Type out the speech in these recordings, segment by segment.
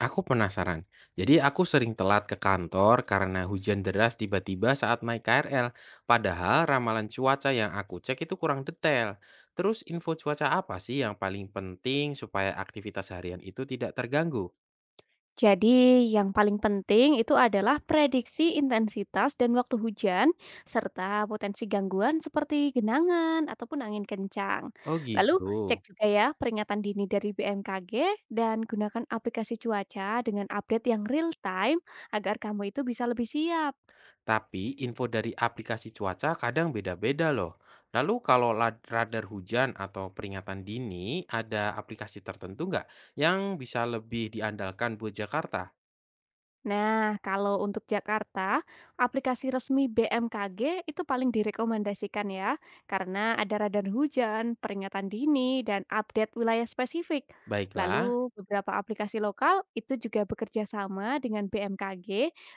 Aku penasaran. Jadi aku sering telat ke kantor karena hujan deras tiba-tiba saat naik KRL. Padahal ramalan cuaca yang aku cek itu kurang detail. Terus info cuaca apa sih yang paling penting supaya aktivitas harian itu tidak terganggu? Jadi, yang paling penting itu adalah prediksi intensitas dan waktu hujan, serta potensi gangguan seperti genangan ataupun angin kencang. Oh Lalu, gitu. cek juga ya peringatan dini dari BMKG dan gunakan aplikasi cuaca dengan update yang real time agar kamu itu bisa lebih siap. Tapi info dari aplikasi cuaca kadang beda-beda loh. Lalu kalau radar hujan atau peringatan dini, ada aplikasi tertentu nggak yang bisa lebih diandalkan buat Jakarta? Nah, kalau untuk Jakarta, aplikasi resmi BMKG itu paling direkomendasikan ya, karena ada radar hujan, peringatan dini, dan update wilayah spesifik. Baiklah. Lalu beberapa aplikasi lokal itu juga bekerja sama dengan BMKG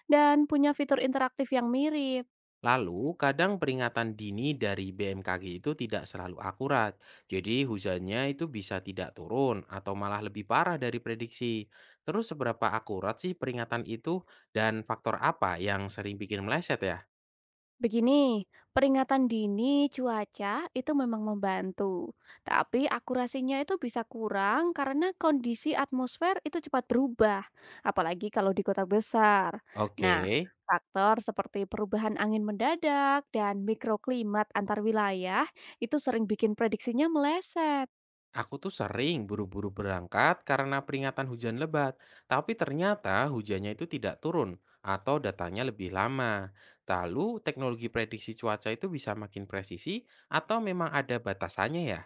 dan punya fitur interaktif yang mirip. Lalu, kadang peringatan dini dari BMKG itu tidak selalu akurat. Jadi, hujannya itu bisa tidak turun atau malah lebih parah dari prediksi. Terus, seberapa akurat sih peringatan itu dan faktor apa yang sering bikin meleset ya? Begini, peringatan dini cuaca itu memang membantu, tapi akurasinya itu bisa kurang karena kondisi atmosfer itu cepat berubah, apalagi kalau di kota besar. Oke, Nah, faktor seperti perubahan angin mendadak dan mikroklimat antar wilayah itu sering bikin prediksinya meleset. aku tuh sering buru-buru berangkat karena peringatan hujan lebat, tapi ternyata hujannya itu tidak turun atau datanya lebih lama. Lalu, teknologi prediksi cuaca itu bisa makin presisi atau memang ada batasannya ya?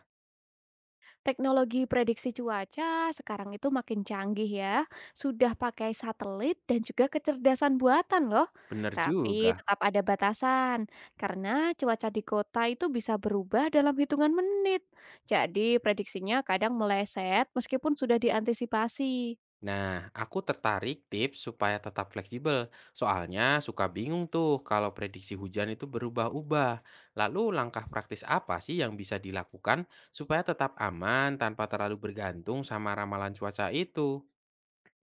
Teknologi prediksi cuaca sekarang itu makin canggih ya. Sudah pakai satelit dan juga kecerdasan buatan loh. Bener Tapi juga. tetap ada batasan karena cuaca di kota itu bisa berubah dalam hitungan menit. Jadi prediksinya kadang meleset meskipun sudah diantisipasi. Nah, aku tertarik tips supaya tetap fleksibel. Soalnya suka bingung tuh kalau prediksi hujan itu berubah-ubah. Lalu langkah praktis apa sih yang bisa dilakukan supaya tetap aman tanpa terlalu bergantung sama ramalan cuaca itu?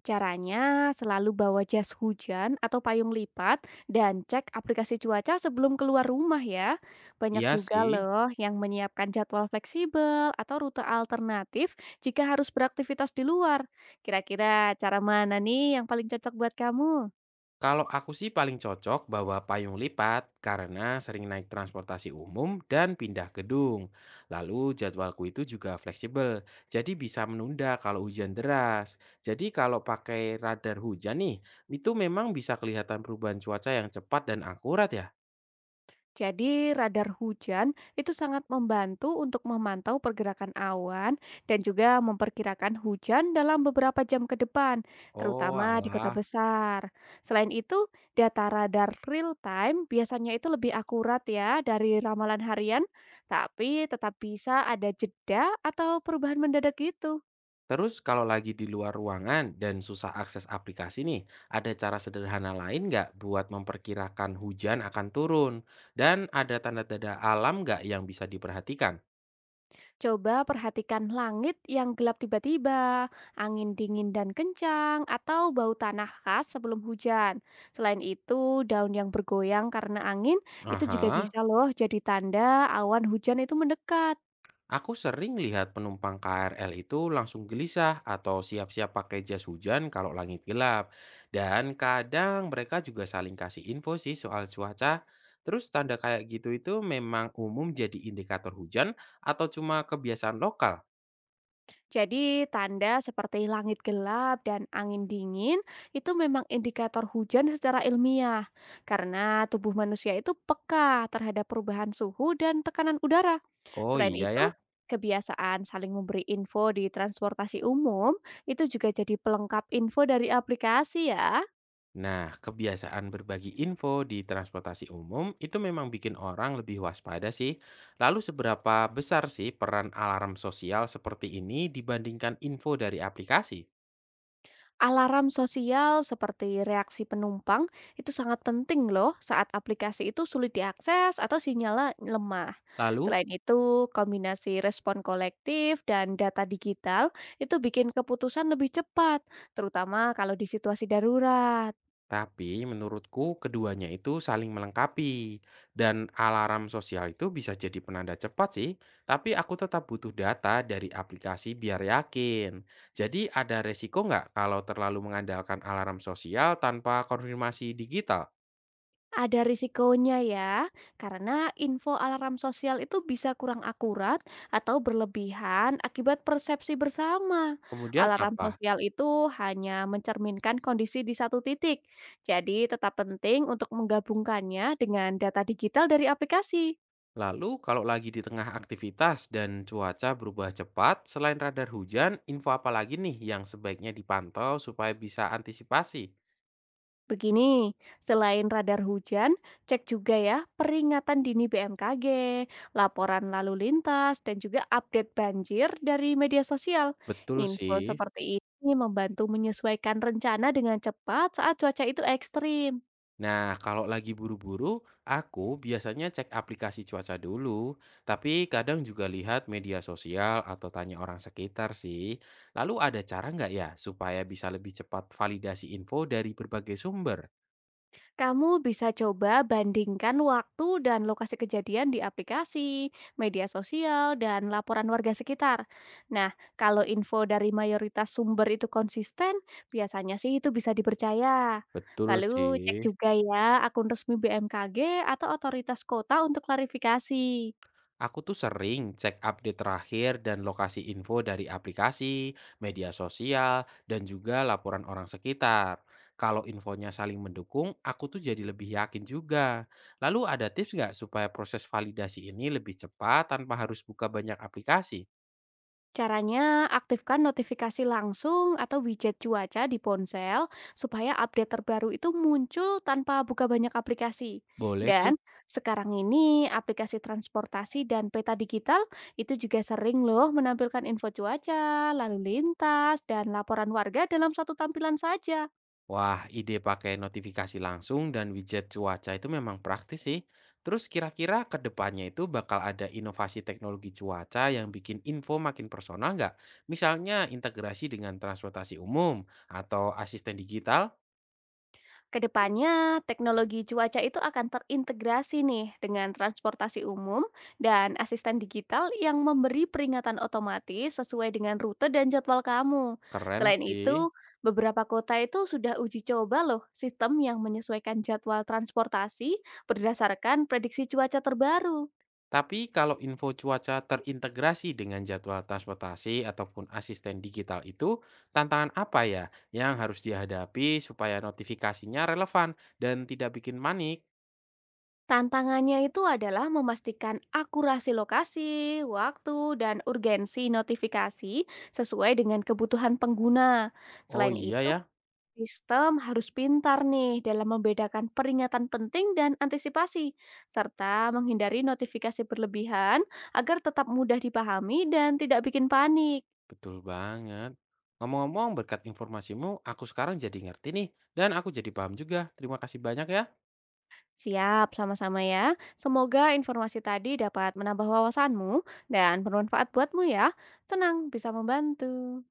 Caranya selalu bawa jas hujan atau payung lipat dan cek aplikasi cuaca sebelum keluar rumah ya. Banyak Iya juga sih. loh yang menyiapkan jadwal fleksibel atau rute alternatif jika harus beraktivitas di luar. Kira-kira cara mana nih yang paling cocok buat kamu? Kalau aku sih paling cocok bawa payung lipat karena sering naik transportasi umum dan pindah gedung. Lalu jadwalku itu juga fleksibel, jadi bisa menunda kalau hujan deras. Jadi kalau pakai radar hujan nih, itu memang bisa kelihatan perubahan cuaca yang cepat dan akurat ya? Jadi radar hujan itu sangat membantu untuk memantau pergerakan awan dan juga memperkirakan hujan dalam beberapa jam ke depan, Oh terutama di kota alah. besar. Selain itu, data radar real time biasanya itu lebih akurat ya dari ramalan harian, tapi tetap bisa ada jeda atau perubahan mendadak gitu. Terus kalau lagi di luar ruangan dan susah akses aplikasi nih, ada cara sederhana lain nggak buat memperkirakan hujan akan turun? Dan ada tanda-tanda alam nggak yang bisa diperhatikan? Coba perhatikan langit yang gelap tiba-tiba, angin dingin dan kencang, atau bau tanah khas sebelum hujan. Selain itu, daun yang bergoyang karena angin itu juga Aha, bisa loh jadi tanda awan hujan itu mendekat. aku sering lihat penumpang KRL itu langsung gelisah atau siap-siap pakai jas hujan kalau langit gelap. Dan kadang mereka juga saling kasih info sih soal cuaca. Terus tanda kayak gitu itu memang umum jadi indikator hujan atau cuma kebiasaan lokal? Jadi, tanda seperti langit gelap dan angin dingin itu memang indikator hujan secara ilmiah, karena tubuh manusia itu peka terhadap perubahan suhu dan tekanan udara. Oh Selain iya itu, ya. kebiasaan saling memberi info di transportasi umum itu juga jadi pelengkap info dari aplikasi, ya. Nah, kebiasaan berbagi info di transportasi umum itu memang bikin orang lebih waspada sih. Lalu seberapa besar sih peran alarm sosial seperti ini dibandingkan info dari aplikasi? Alarm sosial seperti reaksi penumpang itu sangat penting loh saat aplikasi itu sulit diakses atau sinyalnya lemah. Lalu, Selain itu, kombinasi respon kolektif dan data digital itu bikin keputusan lebih cepat, terutama kalau di situasi darurat. tapi menurutku keduanya itu saling melengkapi. Dan alarm sosial itu bisa jadi penanda cepat sih, tapi aku tetap butuh data dari aplikasi biar yakin. Jadi ada resiko nggak kalau terlalu mengandalkan alarm sosial tanpa konfirmasi digital? Ada risikonya ya, karena info alarm sosial itu bisa kurang akurat atau berlebihan akibat persepsi bersama. Kemudian Alarm apa? sosial itu hanya mencerminkan kondisi di satu titik, jadi tetap penting untuk menggabungkannya dengan data digital dari aplikasi. Lalu kalau lagi di tengah aktivitas dan cuaca berubah cepat, selain radar hujan, info apa lagi nih yang sebaiknya dipantau supaya bisa antisipasi? Begini, selain radar hujan, cek juga ya peringatan dini BMKG, laporan lalu lintas, dan juga update banjir dari media sosial. Betul Info sih. seperti ini membantu menyesuaikan rencana dengan cepat saat cuaca itu ekstrim. Nah, kalau lagi buru-buru, aku biasanya cek aplikasi cuaca dulu, tapi kadang juga lihat media sosial atau tanya orang sekitar sih. Lalu ada cara nggak ya supaya bisa lebih cepat validasi info dari berbagai sumber? Kamu bisa coba bandingkan waktu dan lokasi kejadian di aplikasi, media sosial, dan laporan warga sekitar. Nah, kalau info dari mayoritas sumber itu konsisten, biasanya sih itu bisa dipercaya. Betul Lalu cek sih. juga ya akun resmi BMKG atau otoritas kota untuk klarifikasi. Aku tuh sering cek update terakhir dan lokasi info dari aplikasi, media sosial, dan juga laporan orang sekitar. Kalau infonya saling mendukung, aku tuh jadi lebih yakin juga. Lalu ada tips nggak supaya proses validasi ini lebih cepat tanpa harus buka banyak aplikasi? Caranya, aktifkan notifikasi langsung atau widget cuaca di ponsel supaya update terbaru itu muncul tanpa buka banyak aplikasi. Boleh tuh. Dan sekarang ini aplikasi transportasi dan peta digital itu juga sering loh menampilkan info cuaca, lalu lintas, dan laporan warga dalam satu tampilan saja. Wah, ide pakai notifikasi langsung dan widget cuaca itu memang praktis sih. Terus kira-kira ke depannya itu bakal ada inovasi teknologi cuaca yang bikin info makin personal nggak? Misalnya integrasi dengan transportasi umum atau asisten digital? Kedepannya, teknologi cuaca itu akan terintegrasi nih dengan transportasi umum dan asisten digital yang memberi peringatan otomatis sesuai dengan rute dan jadwal kamu. Keren Selain sih. itu, beberapa kota itu sudah uji coba loh sistem yang menyesuaikan jadwal transportasi berdasarkan prediksi cuaca terbaru. Tapi kalau info cuaca terintegrasi dengan jadwal transportasi ataupun asisten digital itu, tantangan apa ya yang harus dihadapi supaya notifikasinya relevan dan tidak bikin manik? Tantangannya itu adalah memastikan akurasi lokasi, waktu, dan urgensi notifikasi sesuai dengan kebutuhan pengguna. Oh Selain iya itu, ya. sistem harus pintar nih dalam membedakan peringatan penting dan antisipasi, serta menghindari notifikasi berlebihan agar tetap mudah dipahami dan tidak bikin panik. Betul banget. Ngomong-ngomong berkat informasimu, aku sekarang jadi ngerti nih. Dan aku jadi paham juga. Terima kasih banyak ya. Siap, sama-sama ya. Semoga informasi tadi dapat menambah wawasanmu dan bermanfaat buatmu ya. Senang bisa membantu.